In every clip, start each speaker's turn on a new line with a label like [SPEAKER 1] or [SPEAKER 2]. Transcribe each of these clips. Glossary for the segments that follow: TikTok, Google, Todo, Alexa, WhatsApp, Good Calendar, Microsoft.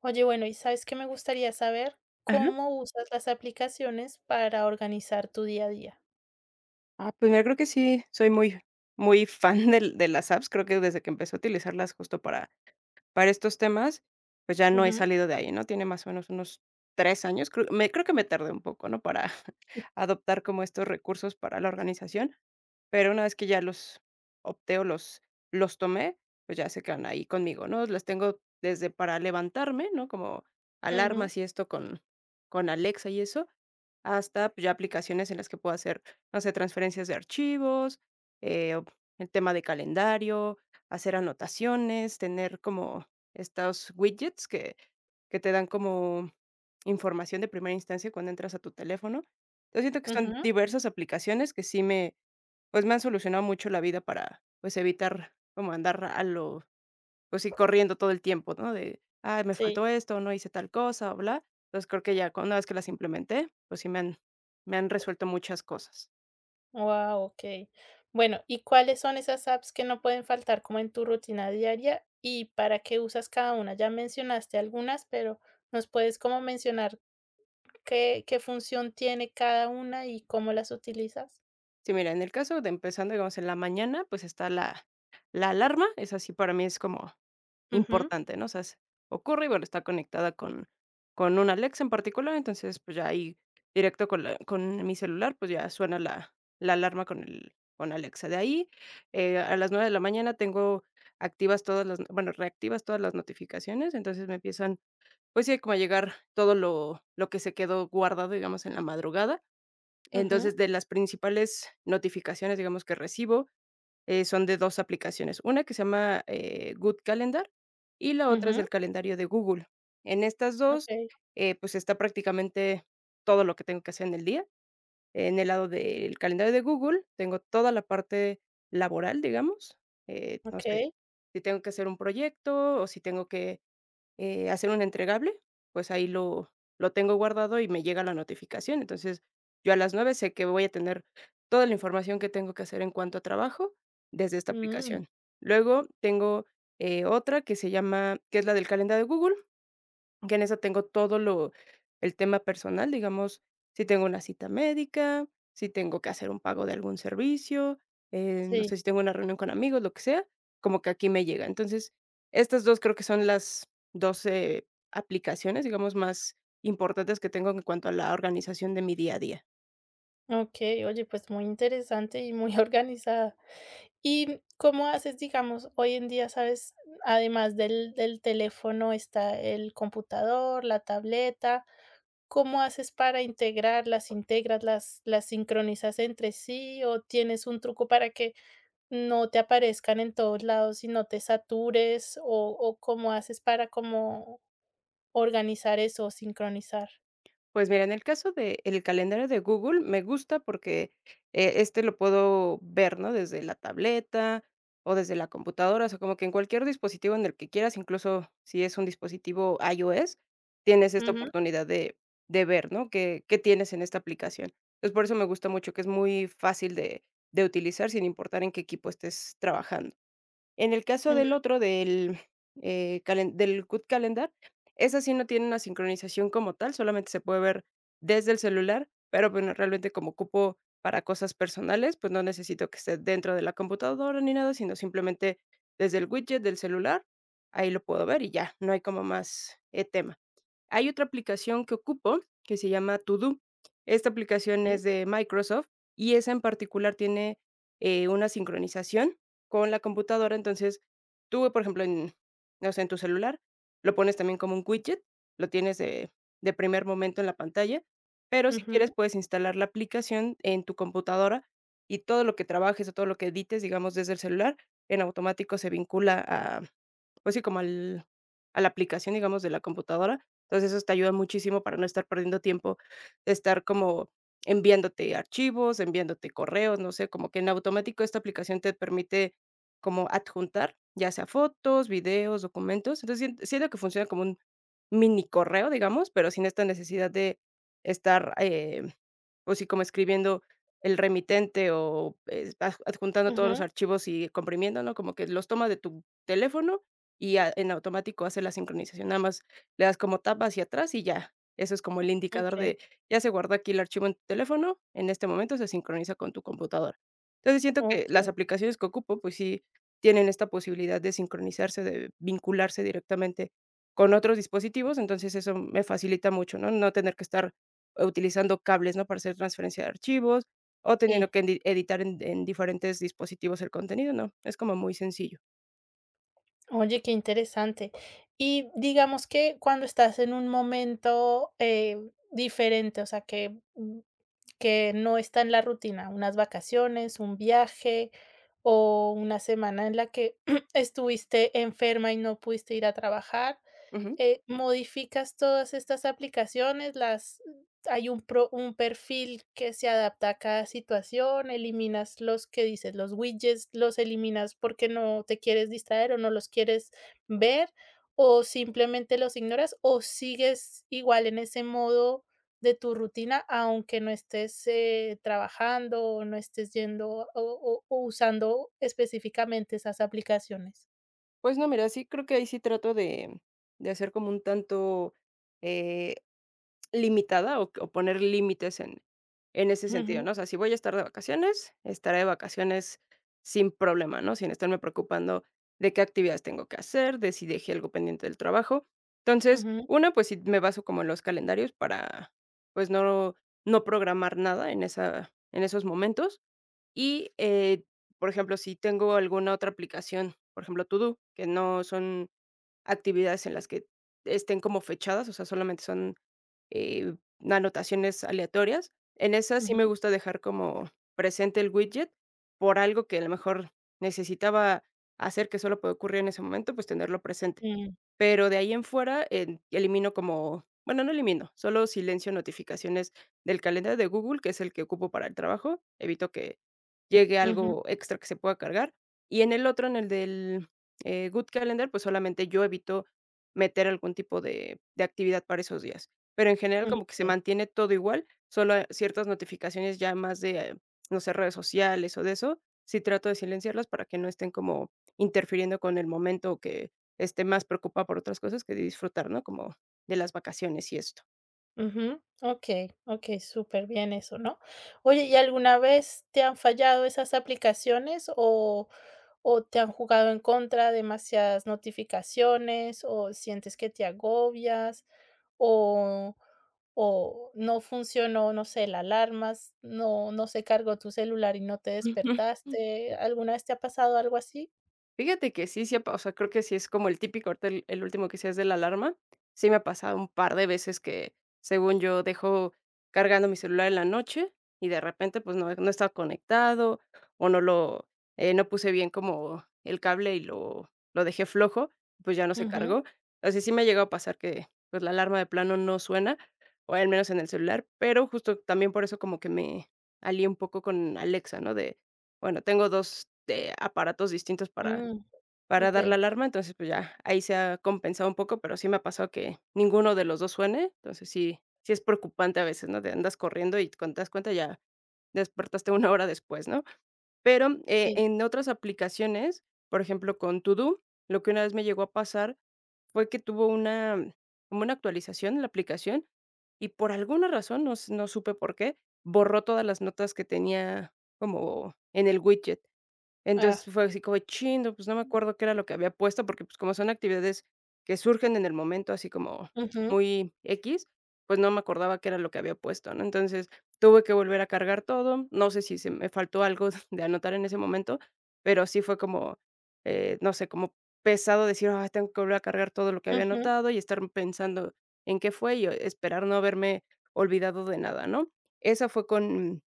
[SPEAKER 1] Oye, bueno, ¿y sabes qué me gustaría saber?
[SPEAKER 2] Ajá.
[SPEAKER 1] ¿Cómo usas las aplicaciones para organizar tu día a día?
[SPEAKER 2] Ah, pues mira, creo que sí, soy muy muy fan del de las apps. Creo que desde que empecé a utilizarlas justo para estos temas, pues ya no he
[SPEAKER 1] Ujú,
[SPEAKER 2] salido de ahí, ¿no? Tiene más o menos unos 3 años, creo me creo que me tardé un poco, ¿no? Para adoptar como estos recursos para la organización. Pero una vez que ya los opté o los tomé, pues ya se quedan ahí conmigo, ¿no? Las tengo desde para levantarme, ¿no? Como
[SPEAKER 1] ujú,
[SPEAKER 2] alarmas y esto con Alexa y eso, hasta, pues, ya aplicaciones en las que puedo hacer, no sé, transferencias de archivos, o el tema de calendario, hacer anotaciones, tener como estos widgets que te dan como información de primera instancia cuando entras a tu teléfono. Yo siento que son
[SPEAKER 1] ujú,
[SPEAKER 2] diversas aplicaciones que sí me pues, me han solucionado mucho la vida para, pues, evitar como andar a lo pues sí, corriendo todo el tiempo, ¿no? De: "Ay, me
[SPEAKER 1] sí.
[SPEAKER 2] faltó esto, no hice tal cosa, o bla". Entonces, creo que ya con una vez que las implementé, pues sí me han resuelto muchas cosas.
[SPEAKER 1] Guau, okey. Bueno, ¿y cuáles son esas apps que no pueden faltar como en tu rutina diaria y para qué usas cada una? Ya mencionaste algunas, pero ¿nos puedes como mencionar qué función tiene cada una y cómo las utilizas?
[SPEAKER 2] Sí, mira, en el caso de empezando, digamos, en la mañana, pues está la alarma, es así para mí es como
[SPEAKER 1] Ujú,
[SPEAKER 2] importante, ¿no? O sea, se ocurre y bueno, está conectada con una Alexa en particular. Entonces, pues, ya ahí directo con la con mi celular, pues, ya suena la alarma con el con Alexa. De ahí, a las 9 de la mañana tengo activas todas las bueno, reactivas todas las notificaciones. Entonces me empiezan, pues sí, como a llegar todo lo que se quedó guardado, digamos, en la madrugada.
[SPEAKER 1] ujú,
[SPEAKER 2] Entonces, de las principales notificaciones, digamos, que recibo, son de 2 aplicaciones, una que se llama, Good Calendar, y la otra es
[SPEAKER 1] ujú,
[SPEAKER 2] del calendario de Google. En estas dos
[SPEAKER 1] okey,
[SPEAKER 2] pues, está prácticamente todo lo que tengo que hacer en el día. En el lado del calendario de Google, tengo toda la parte laboral, digamos, no sé,
[SPEAKER 1] okey,
[SPEAKER 2] si tengo que hacer un proyecto, o si tengo que hacer un entregable, pues ahí lo tengo guardado y me llega la notificación. Entonces, yo a las 9 sé que voy a tener toda la información que tengo que hacer en cuanto a trabajo desde esta
[SPEAKER 1] mm,
[SPEAKER 2] aplicación. Luego tengo, otra que se llama que es la del calendario de Google, que en esa tengo todo lo el tema personal, digamos, si tengo una cita médica, si tengo que hacer un pago de algún servicio, no
[SPEAKER 1] sí.
[SPEAKER 2] sé, si tengo una reunión con amigos, lo que sea, como que aquí me llega. Entonces, estas 2 creo que son las 2, aplicaciones, digamos, más importantes que tengo en cuanto a la organización de mi día a día.
[SPEAKER 1] Okey, oye, pues muy interesante y muy organizada. ¿Y cómo haces, digamos, hoy en día, sabes, además del teléfono está el computador, la tableta? ¿Cómo haces para integrarlas? ¿Integras las sincronizas entre sí o tienes un truco para que no te aparezcan en todos lados y no te satures? ¿O cómo haces para como organizar eso o sincronizar?
[SPEAKER 2] Pues mira, en el caso de el calendario de Google me gusta porque, este lo puedo ver, ¿no? Desde la tableta o desde la computadora, o sea, como que en cualquier dispositivo en el que quieras, incluso si es un dispositivo iOS, tienes esta
[SPEAKER 1] Ujú,
[SPEAKER 2] oportunidad de ver, ¿no? Qué qué tienes en esta aplicación. Entonces, por eso me gusta mucho, que es muy fácil de utilizar sin importar en qué equipo estés trabajando. En el caso del
[SPEAKER 1] ujú,
[SPEAKER 2] otro, del, calen del Good Calendar, esa sí no tiene una sincronización como tal, solamente se puede ver desde el celular, pero, bueno, realmente como ocupo para cosas personales, pues, no necesito que esté dentro de la computadora ni nada, sino simplemente desde el widget del celular, ahí lo puedo ver y ya, no hay como más, tema. Hay otra aplicación que ocupo que se llama Todo. Esta aplicación
[SPEAKER 1] sí,
[SPEAKER 2] es de Microsoft y esa en particular tiene, una sincronización con la computadora. Entonces, tú, por ejemplo, en, no sé, en tu celular, lo pones también como un widget, lo tienes de primer momento en la pantalla, pero si quieres
[SPEAKER 1] ujú,
[SPEAKER 2] puedes instalar la aplicación en tu computadora y todo lo que trabajes o todo lo que edites, digamos, desde el celular, en automático se vincula a, pues sí, como al a la aplicación, digamos, de la computadora. Entonces, eso te ayuda muchísimo para no estar perdiendo tiempo de estar como enviándote archivos, enviándote correos, no sé, como que en automático esta aplicación te permite como adjuntar, ya sea fotos, videos, documentos. Entonces, siento que funciona como un mini correo, digamos, pero sin esta necesidad de estar o sí, como escribiendo el remitente o, aj adjuntando todos los
[SPEAKER 1] ujú,
[SPEAKER 2] archivos y comprimiendo, ¿no? Como que los toma de tu teléfono y a en automático hace la sincronización. Nada más le das como tap hacia atrás y ya. Eso es como el indicador
[SPEAKER 1] okey,
[SPEAKER 2] de ya se guardó aquí el archivo en tu teléfono, en este momento se sincroniza con tu computadora. Entonces, siento que las
[SPEAKER 1] okey.
[SPEAKER 2] aplicaciones que ocupo, pues sí, tienen esta posibilidad de sincronizarse, de vincularse directamente con otros dispositivos. Entonces eso me facilita mucho, ¿no? No tener que estar utilizando cables, ¿no? Para hacer transferencia de archivos o teniendo
[SPEAKER 1] Sí,
[SPEAKER 2] que editar en diferentes dispositivos el contenido, no, es como muy sencillo.
[SPEAKER 1] oye, qué interesante. Y digamos que cuando estás en un momento diferente, o sea, que, mm, que no está en la rutina, unas vacaciones, un viaje o una semana en la que estuviste enferma y no pudiste ir a trabajar.
[SPEAKER 2] Ujú.
[SPEAKER 1] ¿Modificas todas estas aplicaciones? ¿Las hay un pro un perfil que se adapta a cada situación? ¿Eliminas los que dices, los widgets, los eliminas porque no te quieres distraer o no los quieres ver, o simplemente los ignoras, o sigues igual en ese modo de tu rutina, aunque no estés, trabajando o no estés yendo o usando específicamente esas aplicaciones?
[SPEAKER 2] Pues no, mira, sí creo que ahí sí trato de hacer como un tanto, eh limitada o poner límites en ese sentido,
[SPEAKER 1] Ujú,
[SPEAKER 2] ¿no? O sea, si voy a estar de vacaciones, estaré de vacaciones sin problema, ¿no? Sin estarme preocupando de qué actividades tengo que hacer, de si dejé algo pendiente del trabajo. Entonces,
[SPEAKER 1] ujú,
[SPEAKER 2] una, pues sí me baso como en los calendarios para, pues, no programar nada en esa en esos momentos. Y, por ejemplo, si tengo alguna otra aplicación, por ejemplo, To que no son actividades en las que estén como fechadas, o sea, solamente son, eh, anotaciones aleatorias. En esas sí
[SPEAKER 1] ujú,
[SPEAKER 2] me gusta dejar como presente el widget por algo que a lo mejor necesitaba hacer que solo puede ocurrir en ese momento, pues tenerlo presente.
[SPEAKER 1] mm,
[SPEAKER 2] Pero de ahí en fuera, en elimino como bueno, no elimino, solo silencio notificaciones del calendario de Google, que es el que ocupo para el trabajo, evito que llegue
[SPEAKER 1] ujú.
[SPEAKER 2] algo extra que se pueda cargar. Y en el otro, en el del, Good Calendar, pues, solamente yo evito meter algún tipo de actividad para esos días. Pero en general como que se
[SPEAKER 1] Okey,
[SPEAKER 2] mantiene todo igual, solo ciertas notificaciones ya más de, no sé, redes sociales o de eso, sí trato de silenciarlas para que no estén como interfiriendo con el momento que esté más preocupada por otras cosas que de disfrutar, ¿no? Como de las vacaciones y esto.
[SPEAKER 1] ujú, okey, súper bien eso, ¿no? Oye, ¿y alguna vez te han fallado esas aplicaciones o te han jugado en contra demasiadas notificaciones o sientes que te agobias o o no funcionó, no sé, la alarma, s no no se cargó tu celular y no te despertaste? ¿Alguna vez te ha pasado algo así?
[SPEAKER 2] Fíjate que sí, sí ha pa o sea, creo que sí es como el típico, ahorita el último que decías de la alarma, sí me ha pasado un par de veces que, según yo, dejo cargando mi celular en la noche y de repente, pues, no estaba conectado o no lo, no puse bien como el cable y lo dejé flojo, pues, ya no se
[SPEAKER 1] Ujú,
[SPEAKER 2] cargó. Así sí me ha llegado a pasar que, pues, la alarma de plano no suena, o al menos en el celular, pero justo también por eso como que me alié un poco con Alexa, ¿no? De, bueno, tengo 2 aparatos distintos para
[SPEAKER 1] mm,
[SPEAKER 2] dar
[SPEAKER 1] okey,
[SPEAKER 2] la alarma. Entonces, pues ya, ahí se ha compensado un poco, pero sí me ha pasado que ninguno de los 2 suene. Entonces sí, sí es preocupante a veces, ¿no? Te andas corriendo y cuando te das cuenta ya despertaste una hora después, ¿no? Pero,
[SPEAKER 1] sí,
[SPEAKER 2] en otras aplicaciones, por ejemplo, con Todo, lo que una vez me llegó a pasar fue que tuvo una como una actualización en la aplicación y por alguna razón, no supe por qué, borró todas las notas que tenía como en el widget. Entonces,
[SPEAKER 1] ah,
[SPEAKER 2] fue así como chindo, pues, no me acuerdo qué era lo que había puesto, porque, pues, como son actividades que surgen en el momento, así como
[SPEAKER 1] ujú,
[SPEAKER 2] muy x, pues, no me acordaba qué era lo que había puesto, ¿no? Entonces, tuve que volver a cargar todo. No sé si se me faltó algo de anotar en ese momento, pero sí fue como, no sé, como pesado decir: ah tengo que volver a cargar todo lo que había
[SPEAKER 1] ujú,
[SPEAKER 2] anotado", y estar pensando en qué fue, y esperar no haberme olvidado de nada, ¿no? Esa fue con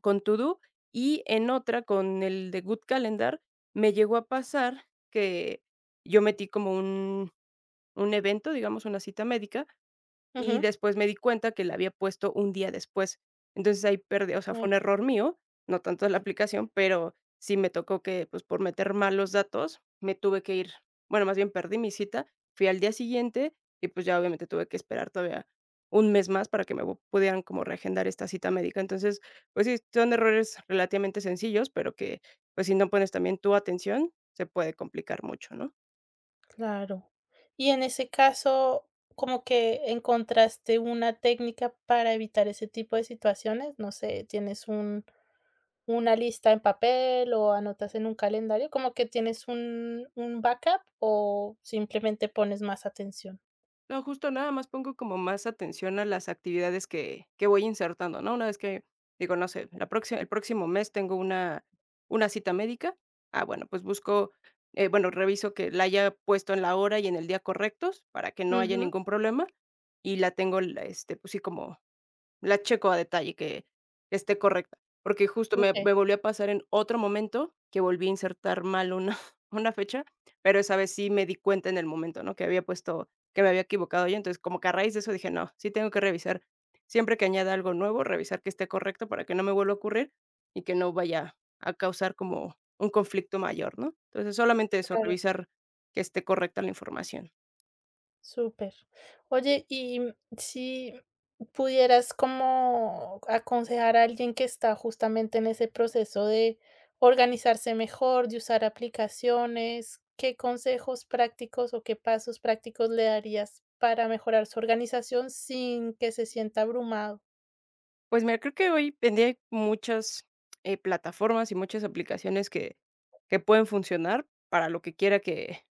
[SPEAKER 2] Todo y en otra, con el de Good Calendar, me llegó a pasar que yo metí como un evento, digamos, una cita médica, y
[SPEAKER 1] ujú,
[SPEAKER 2] después me di cuenta que la había puesto un día después. Entonces, ahí perdí, o sea, fue
[SPEAKER 1] ah.
[SPEAKER 2] un error mío, no tanto de la aplicación, pero sí me tocó que, pues, por meter mal los datos, me tuve que ir, bueno, más bien perdí mi cita, fui al día siguiente y, pues, ya obviamente tuve que esperar todavía un mes más para que me vo pudieran como reagendar esta cita médica. Entonces, pues sí, son errores relativamente sencillos, pero que, pues, si no pones también tu atención, se puede complicar mucho, ¿no?
[SPEAKER 1] Claro. Y en ese caso, como que encontraste una técnica para evitar ese tipo de situaciones, no sé, ¿tienes un una lista en papel o anotas en un calendario? ¿Como que tienes un backup o simplemente pones más atención?
[SPEAKER 2] No, justo nada más pongo como más atención a las actividades que voy insertando, ¿no? Una vez que digo, no sé, la próxima, el próximo mes tengo una cita médica, ah, bueno, pues busco, bueno, reviso que la haya puesto en la hora y en el día correctos para que no haya
[SPEAKER 1] Ujú.
[SPEAKER 2] ningún problema, y la tengo, la este, pues sí, como la checo a detalle, que esté correcta, porque justo me
[SPEAKER 1] Ok,
[SPEAKER 2] me volvió a pasar en otro momento que volví a insertar mal una una fecha, pero esa vez sí me di cuenta en el momento, ¿no?, que había puesto, que me había equivocado yo. Entonces, como que a raíz de eso dije: "No, sí tengo que revisar, siempre que añada algo nuevo, revisar que esté correcto para que no me vuelva a ocurrir y que no vaya a causar como un conflicto mayor", ¿no? Entonces, solamente eso,
[SPEAKER 1] claro.
[SPEAKER 2] revisar que esté correcta la información.
[SPEAKER 1] Súper. Oye, y si pudieras como aconsejar a alguien que está justamente en ese proceso de organizarse mejor, de usar aplicaciones, ¿qué consejos prácticos o qué pasos prácticos le darías para mejorar su organización sin que se sienta abrumado?
[SPEAKER 2] Pues mira, creo que hoy en día hay muchas, plataformas y muchas aplicaciones que pueden funcionar para lo que quiera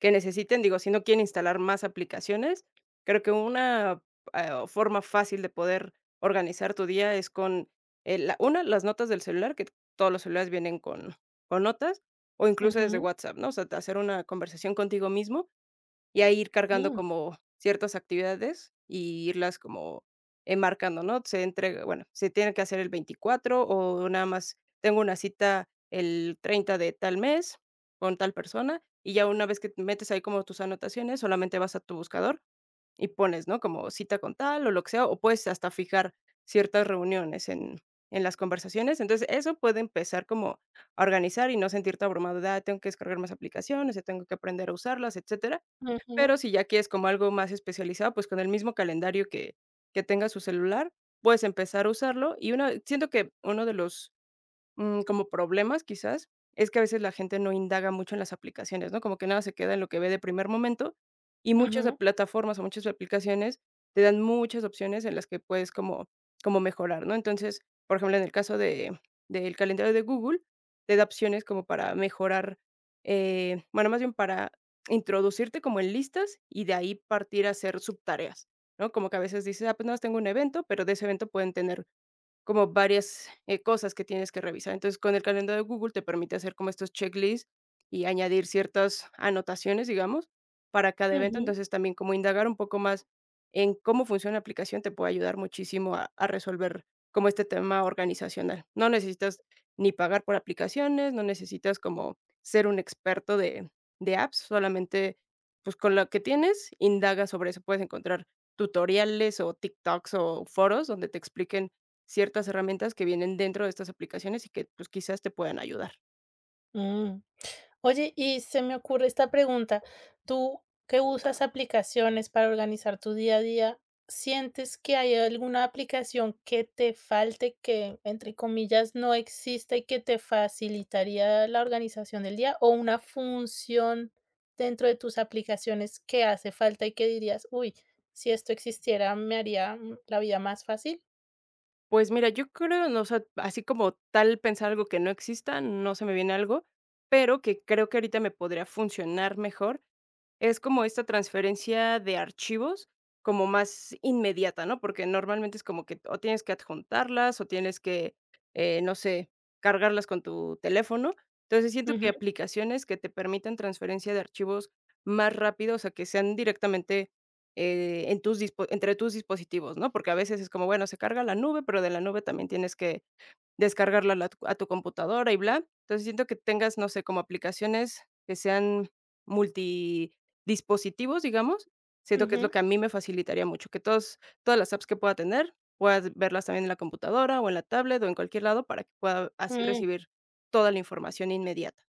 [SPEAKER 2] que necesiten. Digo, si no quieren instalar más aplicaciones, creo que una, ah, forma fácil de poder organizar tu día es con, la una, las notas del celular, que todos los celulares vienen con notas, o incluso desde
[SPEAKER 1] Ujú,
[SPEAKER 2] WhatsApp, ¿no? O sea, hacer una conversación contigo mismo y a ir cargando
[SPEAKER 1] mm,
[SPEAKER 2] como ciertas actividades y irlas como enmarcando, ¿no? Se entrega, bueno, se tiene que hacer el 24, o nada más tengo una cita el 30 de tal mes con tal persona, y ya una vez que metes ahí como tus anotaciones, solamente vas a tu buscador y pones, ¿no?, como cita con tal o lo que sea, o puedes hasta fijar ciertas reuniones en las conversaciones. Entonces, eso puede empezar como a organizar y no sentirte abrumado de: "Ah, tengo que descargar más aplicaciones, tengo que aprender a usarlas, etcétera".
[SPEAKER 1] ujú,
[SPEAKER 2] Pero si ya quieres como algo más especializado, pues con el mismo calendario que tenga su celular, puedes empezar a usarlo, y una siento que uno de los como problemas, quizás, es que a veces la gente no indaga mucho en las aplicaciones, ¿no? Como que nada se queda en lo que ve de primer momento, y muchas de
[SPEAKER 1] ujú,
[SPEAKER 2] plataformas o muchas aplicaciones te dan muchas opciones en las que puedes como como mejorar, ¿no? Entonces, por ejemplo, en el caso de del calendario de Google, te da opciones como para mejorar, bueno, más bien para introducirte como en listas y de ahí partir a hacer subtareas, ¿no? Como que a veces dices: "Ah, pues no tengo un evento", pero de ese evento pueden tener como varias, cosas que tienes que revisar. Entonces, con el calendario de Google te permite hacer como estos checklists y añadir ciertas anotaciones, digamos, para cada evento.
[SPEAKER 1] ujú,
[SPEAKER 2] Entonces, también como indagar un poco más en cómo funciona la aplicación te puede ayudar muchísimo a resolver como este tema organizacional. No necesitas ni pagar por aplicaciones, no necesitas como ser un experto de apps, solamente, pues, con lo que tienes, indaga sobre eso. Puedes encontrar tutoriales o TikToks o foros donde te expliquen ciertas herramientas que vienen dentro de estas aplicaciones y que, pues, quizás te puedan ayudar.
[SPEAKER 1] mm. Oye, y se me ocurre esta pregunta, tú que usas aplicaciones para organizar tu día a día, ¿sientes que hay alguna aplicación que te falte, que entre comillas no exista y que te facilitaría la organización del día o una función dentro de tus aplicaciones que hace falta y que dirías, uy, si esto existiera me haría la vida más fácil?
[SPEAKER 2] Pues mira, yo creo, no, o sea, así como tal pensar algo que no exista, no se me viene algo, pero que creo que ahorita me podría funcionar mejor es como esta transferencia de archivos, como más inmediata, ¿no? Porque normalmente es como que o tienes que adjuntarlas o tienes que, no sé, cargarlas con tu teléfono. Entonces, siento que
[SPEAKER 1] Ujú,
[SPEAKER 2] aplicaciones que te permitan transferencia de archivos más rápido, o sea, que sean directamente, en tus dispo entre tus dispositivos, ¿no? Porque a veces es como, bueno, se carga la nube, pero de la nube también tienes que descargarla a la a tu computadora y bla. Entonces, siento que tengas, no sé, como aplicaciones que sean multidispositivos, digamos, siento que es lo que a mí me facilitaría mucho, que todos todas las apps que pueda tener, puedas verlas también en la computadora, o en la tablet, o en cualquier lado, para que pueda así
[SPEAKER 1] ujú.
[SPEAKER 2] recibir toda la información inmediata.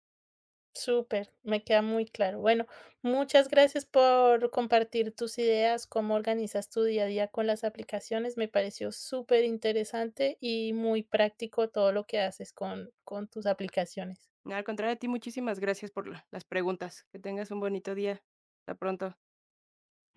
[SPEAKER 1] Súper, me queda muy claro. Bueno, muchas gracias por compartir tus ideas, cómo organizas tu día a día con las aplicaciones. Me pareció súper interesante y muy práctico todo lo que haces con tus aplicaciones.
[SPEAKER 2] No, al contrario, a ti muchísimas gracias por la las preguntas. Que tengas un bonito día. Hasta pronto.